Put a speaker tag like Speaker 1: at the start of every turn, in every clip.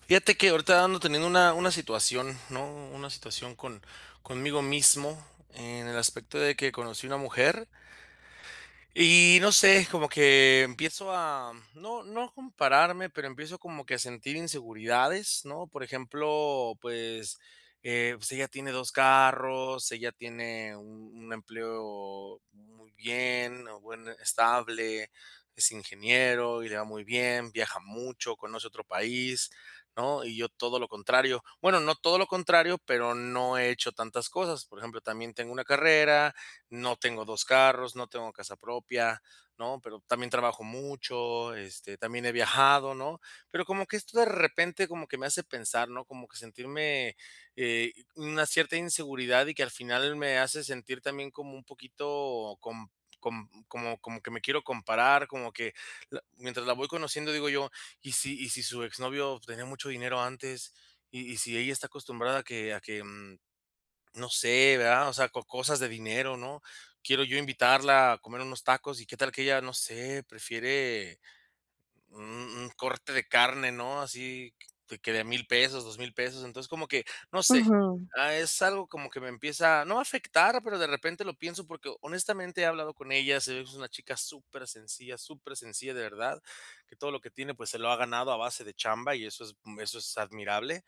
Speaker 1: Fíjate que ahorita ando teniendo una situación, ¿no? Una situación conmigo mismo en el aspecto de que conocí una mujer y no sé, como que empiezo a, no compararme, pero empiezo como que a sentir inseguridades, ¿no? Por ejemplo, pues, pues ella tiene dos carros, ella tiene un empleo muy bien, o buen, estable, es ingeniero y le va muy bien, viaja mucho, conoce otro país, ¿no? Y yo todo lo contrario. Bueno, no todo lo contrario, pero no he hecho tantas cosas. Por ejemplo, también tengo una carrera. No tengo dos carros, no tengo casa propia, ¿no? Pero también trabajo mucho, este, también he viajado, ¿no? Pero como que esto de repente como que me hace pensar, ¿no? Como que sentirme una cierta inseguridad y que al final me hace sentir también como un poquito como que me quiero comparar, como que mientras la voy conociendo digo yo: ¿Y si su exnovio tenía mucho dinero antes? Y si ella está acostumbrada a que no sé, ¿verdad? O sea, co cosas de dinero, ¿no? Quiero yo invitarla a comer unos tacos, y qué tal que ella, no sé, prefiere, un un corte de carne, ¿no? Así que de a 1,000 pesos, 2,000 pesos. Entonces, como que, no sé,
Speaker 2: Ujú,
Speaker 1: ah, es algo como que me empieza, no a afectar, pero de repente lo pienso porque honestamente he hablado con ella, se ve que es una chica súper sencilla, de verdad, que todo lo que tiene, pues se lo ha ganado a base de chamba y eso es admirable.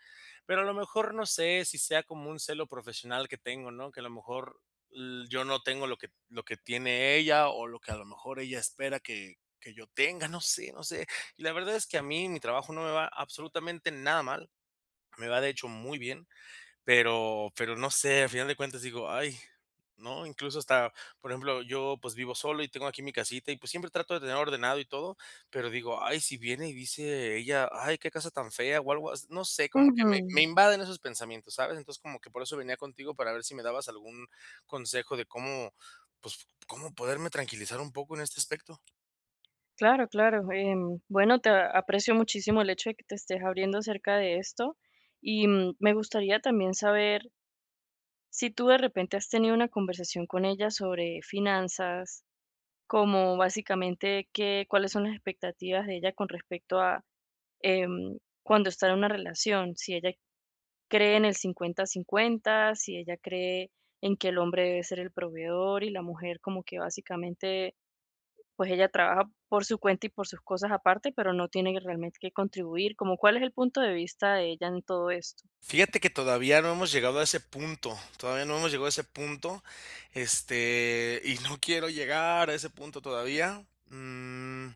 Speaker 1: Pero a lo mejor no sé si sea como un celo profesional que tengo, ¿no? Que a lo mejor l yo no tengo lo que tiene ella o lo que a lo mejor ella espera que yo tenga, no sé, no sé. Y la verdad es que a mí mi trabajo no me va absolutamente nada mal, me va de hecho muy bien, pero no sé, al final de cuentas digo: "Ay", ¿no? Incluso hasta, por ejemplo, yo, pues, vivo solo y tengo aquí mi casita y, pues, siempre trato de tener ordenado y todo, pero digo: "Ay, si viene y dice ella: 'Ay, qué casa tan fea'", o algo as no sé, como que me
Speaker 2: ujú.
Speaker 1: invaden esos pensamientos, ¿sabes? Entonces, como que por eso venía contigo para ver si me dabas algún consejo de cómo, pues, cómo poderme tranquilizar un poco en este aspecto.
Speaker 2: Claro, claro. Bueno, te aprecio muchísimo el hecho de que te estés abriendo acerca de esto y me gustaría también saber si tú de repente has tenido una conversación con ella sobre finanzas, como básicamente qué, cuáles son las expectativas de ella con respecto a em, cuando está en una relación, si ella cree en el 50-50, si ella cree en que el hombre debe ser el proveedor y la mujer como que básicamente pues ella trabaja por su cuenta y por sus cosas aparte, pero no tiene realmente que contribuir, como cuál es el punto de vista de ella en todo esto.
Speaker 1: Fíjate que todavía no hemos llegado a ese punto, todavía no hemos llegado a ese punto, este, y no quiero llegar a ese punto todavía. Mm,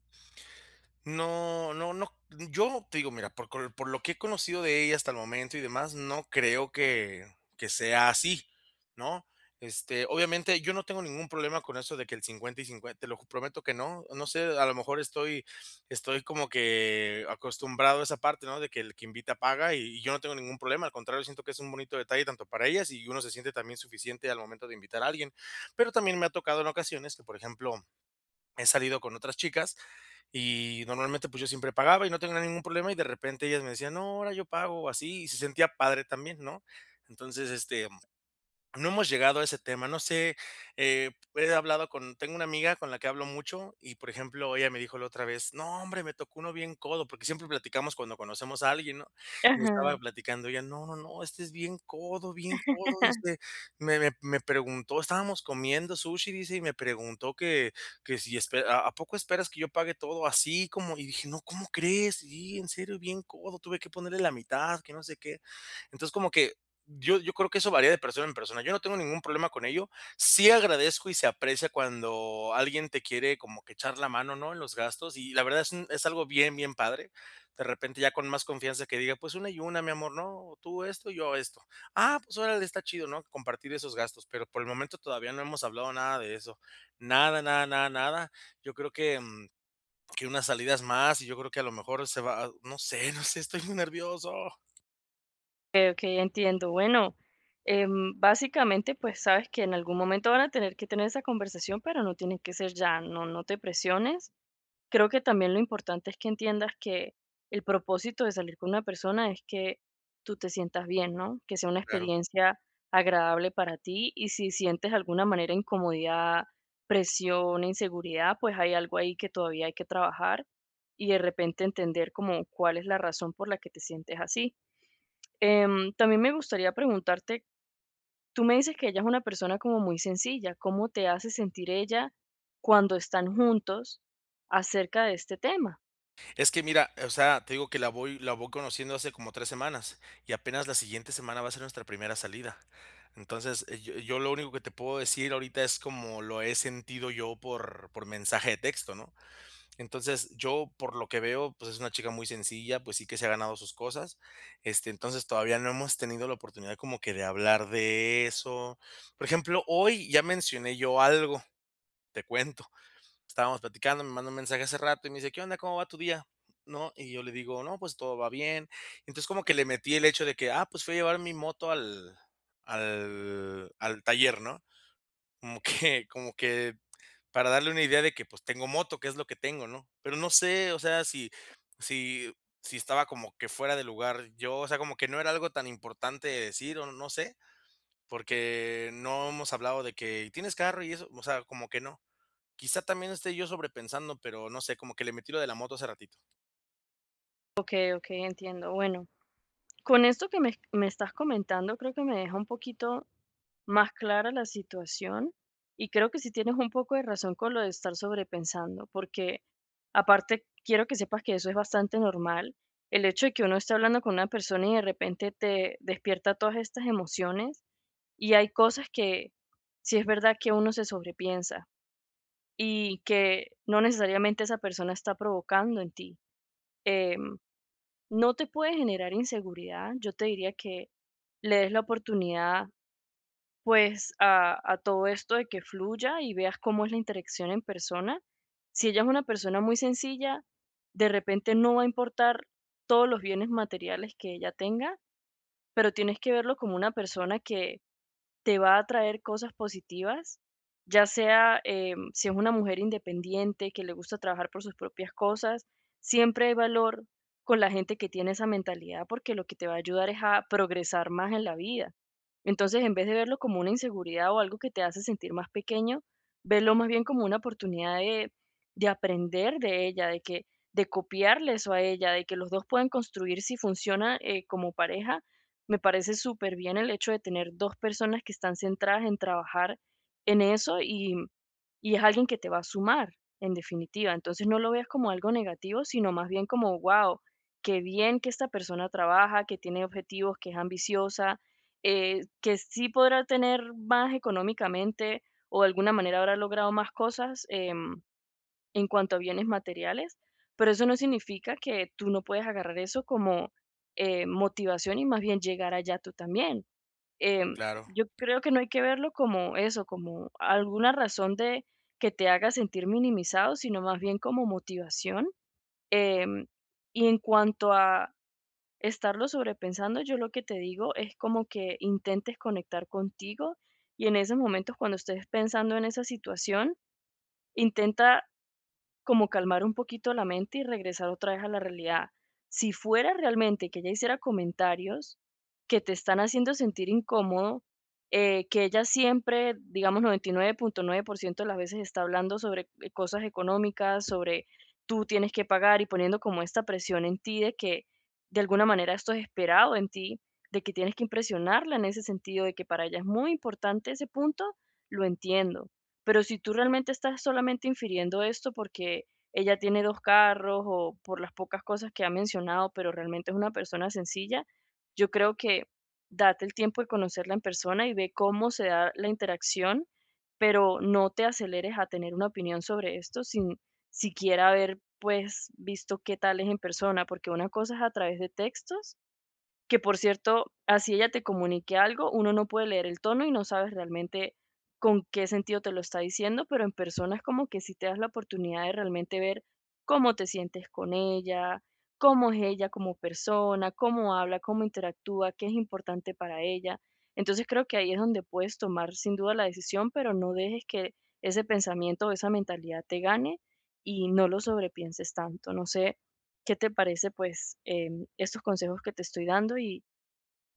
Speaker 1: no, no, no. Yo te digo, mira, por col por lo que he conocido de ella hasta el momento y demás, no creo que sea así, ¿no? Este, obviamente, yo no tengo ningún problema con eso de que el 50 y 50, te lo prometo que no. No sé, a lo mejor estoy como que acostumbrado a esa parte, ¿no? De que el que invita paga y yo no tengo ningún problema. Al contrario, siento que es un bonito detalle tanto para ellas y uno se siente también suficiente al momento de invitar a alguien. Pero también me ha tocado en ocasiones que, por ejemplo, he salido con otras chicas y normalmente, pues, yo siempre pagaba y no tenía ningún problema, y de repente ellas me decían: "No, ahora yo pago", o así, y se sentía padre también, ¿no? Entonces, este, no hemos llegado a ese tema, no sé, he hablado con tengo una amiga con la que hablo mucho y, por ejemplo, ella me dijo la otra vez: "No, hombre, me tocó uno bien codo", porque siempre platicamos cuando conocemos a alguien, ¿no? Y me estaba
Speaker 2: Ajá.
Speaker 1: platicando ella: "No, no, no, este es bien codo", dice, me preguntó, estábamos comiendo sushi, dice, y me preguntó que si espe "¿A poco esperas que yo pague todo así?", como y dije: "No, ¿cómo crees? Sí, en serio, bien codo, tuve que ponerle la mitad, que no sé qué". Entonces, como que yo creo que eso varía de persona en persona. Yo no tengo ningún problema con ello. Sí agradezco y se aprecia cuando alguien te quiere como que echar la mano, ¿no? En los gastos. Y la verdad es, es algo bien, bien padre. De repente ya con más confianza que diga, pues una y una, mi amor, ¿no? Tú esto, yo esto. Ah, pues órale, está chido, ¿no? Compartir esos gastos. Pero por el momento todavía no hemos hablado nada de eso. Nada, nada, nada, nada. Yo creo que unas salidas más y yo creo que a lo mejor se va, no sé, no sé, estoy muy nervioso.
Speaker 2: Okey, okey, entiendo. Bueno, básicamente, pues, sabes que en algún momento van a tener que tener esa conversación, pero no tiene que ser ya, no te presiones. Creo que también lo importante es que entiendas que el propósito de salir con una persona es que tú te sientas bien, ¿no? Que sea una
Speaker 1: Claro.
Speaker 2: experiencia agradable para ti, y si sientes de alguna manera incomodidad, presión, inseguridad, pues hay algo ahí que todavía hay que trabajar y de repente entender como cuál es la razón por la que te sientes así. También me gustaría preguntarte, tú me dices que ella es una persona como muy sencilla, ¿cómo te hace sentir ella cuando están juntos acerca de este tema?
Speaker 1: Es que mira, o sea, te digo que la voy conociendo hace como 3 semanas, y apenas la siguiente semana va a ser nuestra primera salida. Entonces, yo lo único que te puedo decir ahorita es como lo he sentido yo por mensaje de texto, ¿no? Entonces, yo, por lo que veo, pues, es una chica muy sencilla, pues, sí que se ha ganado sus cosas. Este, entonces, todavía no hemos tenido la oportunidad como que de hablar de eso. Por ejemplo, hoy ya mencioné yo algo, te cuento. Estábamos platicando, me mandó un mensaje hace rato y me dice: "¿Qué onda? ¿Cómo va tu día?", ¿no? Y yo le digo: "No, pues todo va bien". Entonces, como que le metí el hecho de que, ah, pues fui a llevar mi moto al taller, ¿no? Como que para darle una idea de que, pues, tengo moto, que es lo que tengo, ¿no? Pero no sé, o sea, si si estaba como que fuera de lugar yo, o sea, como que no era algo tan importante de decir, o no sé, porque no hemos hablado de que: "¿Tienes carro y eso?", o sea, como que no. Quizá también esté yo sobrepensando, pero no sé, como que le metí lo de la moto hace ratito.
Speaker 2: Ok, ok, entiendo. Bueno, con esto que me estás comentando, creo que me deja un poquito más clara la situación, y creo que sí tienes un poco de razón con lo de estar sobrepensando, porque aparte quiero que sepas que eso es bastante normal. El hecho de que uno esté hablando con una persona y de repente te despierta todas estas emociones, y hay cosas que sí es verdad que uno se sobrepiensa, y que no necesariamente esa persona está provocando en ti. Em no te puede generar inseguridad. Yo te diría que le des la oportunidad pues a todo esto, de que fluya y veas cómo es la interacción en persona. Si ella es una persona muy sencilla, de repente no va a importar todos los bienes materiales que ella tenga, pero tienes que verlo como una persona que te va a traer cosas positivas, ya sea si es una mujer independiente que le gusta trabajar por sus propias cosas, siempre hay valor con la gente que tiene esa mentalidad, porque lo que te va a ayudar es a progresar más en la vida. Entonces, en vez de verlo como una inseguridad o algo que te hace sentir más pequeño, verlo más bien como una oportunidad de aprender de ella, de que de copiarle eso a ella, de que los dos pueden construir si funciona, como pareja me parece súper bien el hecho de tener dos personas que están centradas en trabajar en eso y es alguien que te va a sumar, en definitiva. Entonces no lo veas como algo negativo, sino más bien como, wow, qué bien que esta persona trabaja, que tiene objetivos, que es ambiciosa, que sí podrá tener más económicamente o de alguna manera habrá logrado más cosas. En cuanto a bienes materiales, pero eso no significa que tú no puedes agarrar eso como motivación y más bien llegar allá tú también. Em,
Speaker 1: Claro.
Speaker 2: yo creo que no hay que verlo como eso, como alguna razón de que te haga sentir minimizado, sino más bien como motivación. Em, y en cuanto a estarlo sobrepensando, yo lo que te digo es como que intentes conectar contigo y en esos momentos cuando estés pensando en esa situación, intenta como calmar un poquito la mente y regresar otra vez a la realidad. Si fuera realmente que ella hiciera comentarios que te están haciendo sentir incómodo, que ella siempre, digamos, 99.9% de las veces está hablando sobre cosas económicas, sobre tú tienes que pagar y poniendo como esta presión en ti, de que de alguna manera esto es esperado en ti, de que tienes que impresionarla en ese sentido, de que para ella es muy importante ese punto, lo entiendo, pero si tú realmente estás solamente infiriendo esto porque ella tiene 2 carros o por las pocas cosas que ha mencionado, pero realmente es una persona sencilla, yo creo que date el tiempo de conocerla en persona y ve cómo se da la interacción, pero no te aceleres a tener una opinión sobre esto sin siquiera haber, pues, visto qué tal es en persona, porque una cosa es a través de textos, que por cierto, así ella te comunique algo, uno no puede leer el tono y no sabes realmente con qué sentido te lo está diciendo, pero en persona es como que si te das la oportunidad de realmente ver cómo te sientes con ella, cómo es ella como persona, cómo habla, cómo interactúa, qué es importante para ella. Entonces creo que ahí es donde puedes tomar sin duda la decisión, pero no dejes que ese pensamiento o esa mentalidad te gane y no lo sobrepienses tanto. No sé, ¿qué te parece, pues, estos consejos que te estoy dando, y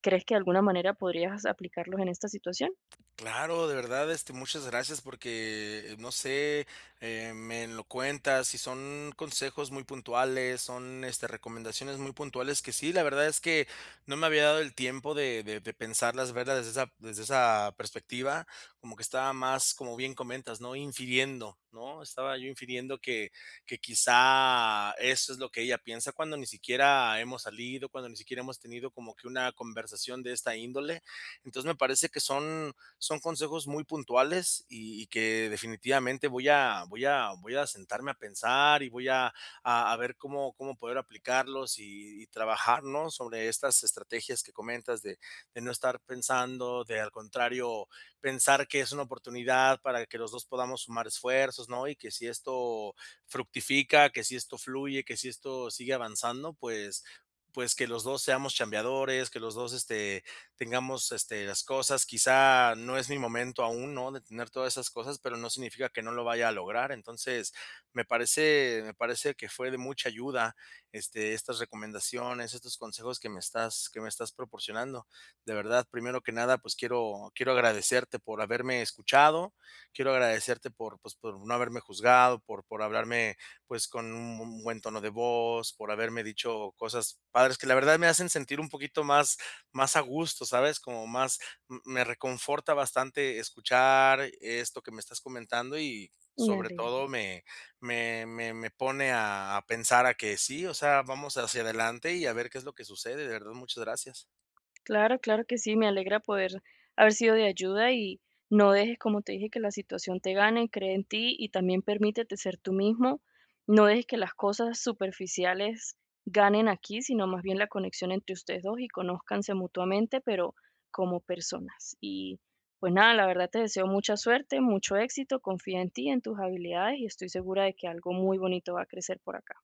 Speaker 2: crees que de alguna manera podrías aplicarlos en esta situación?
Speaker 1: Claro, de verdad, este, muchas gracias porque, no sé, me lo cuentas y son consejos muy puntuales, son, este, recomendaciones muy puntuales que sí, la verdad es que no me había dado el tiempo de pensarlas, verlas desde esa perspectiva, como que estaba más, como bien comentas, ¿no? Infiriendo, ¿no? Estaba yo infiriendo que quizá eso es lo que ella piensa cuando ni siquiera hemos salido, cuando ni siquiera hemos tenido como que una conversación de esta índole. Entonces me parece que son consejos muy puntuales y que definitivamente voy a sentarme a pensar y voy a, a ver cómo poder aplicarlos y trabajar, ¿no? Sobre estas estrategias que comentas de no estar pensando, de al contrario, pensar que es una oportunidad para que los dos podamos sumar esfuerzos, ¿no? Y que si esto fructifica, que si esto fluye, que si esto sigue avanzando, pues que los dos seamos chambeadores, que los dos este, tengamos este, las cosas. Quizá no es mi momento aún, ¿no? De tener todas esas cosas, pero no significa que no lo vaya a lograr. Entonces, me parece que fue de mucha ayuda este, estas recomendaciones, estos consejos que me estás, proporcionando. De verdad, primero que nada, pues quiero agradecerte por haberme escuchado, quiero agradecerte por, pues, por no haberme juzgado, por hablarme pues con un buen tono de voz, por haberme dicho cosas padres que la verdad me hacen sentir un poquito más a gusto, ¿sabes? Como más me reconforta bastante escuchar esto que me estás comentando y
Speaker 2: Me
Speaker 1: sobre
Speaker 2: alegro.
Speaker 1: todo me pone a pensar a que sí, o sea, vamos hacia adelante y a ver qué es lo que sucede. De verdad, muchas gracias.
Speaker 2: Claro, claro que sí, me alegra poder haber sido de ayuda, y no dejes, como te dije, que la situación te gane, cree en ti y también permítete ser tú mismo. No dejes que las cosas superficiales ganen aquí, sino más bien la conexión entre ustedes dos, y conózcanse mutuamente, pero como personas. Y pues nada, la verdad te deseo mucha suerte, mucho éxito, confía en ti, en tus habilidades, y estoy segura de que algo muy bonito va a crecer por acá.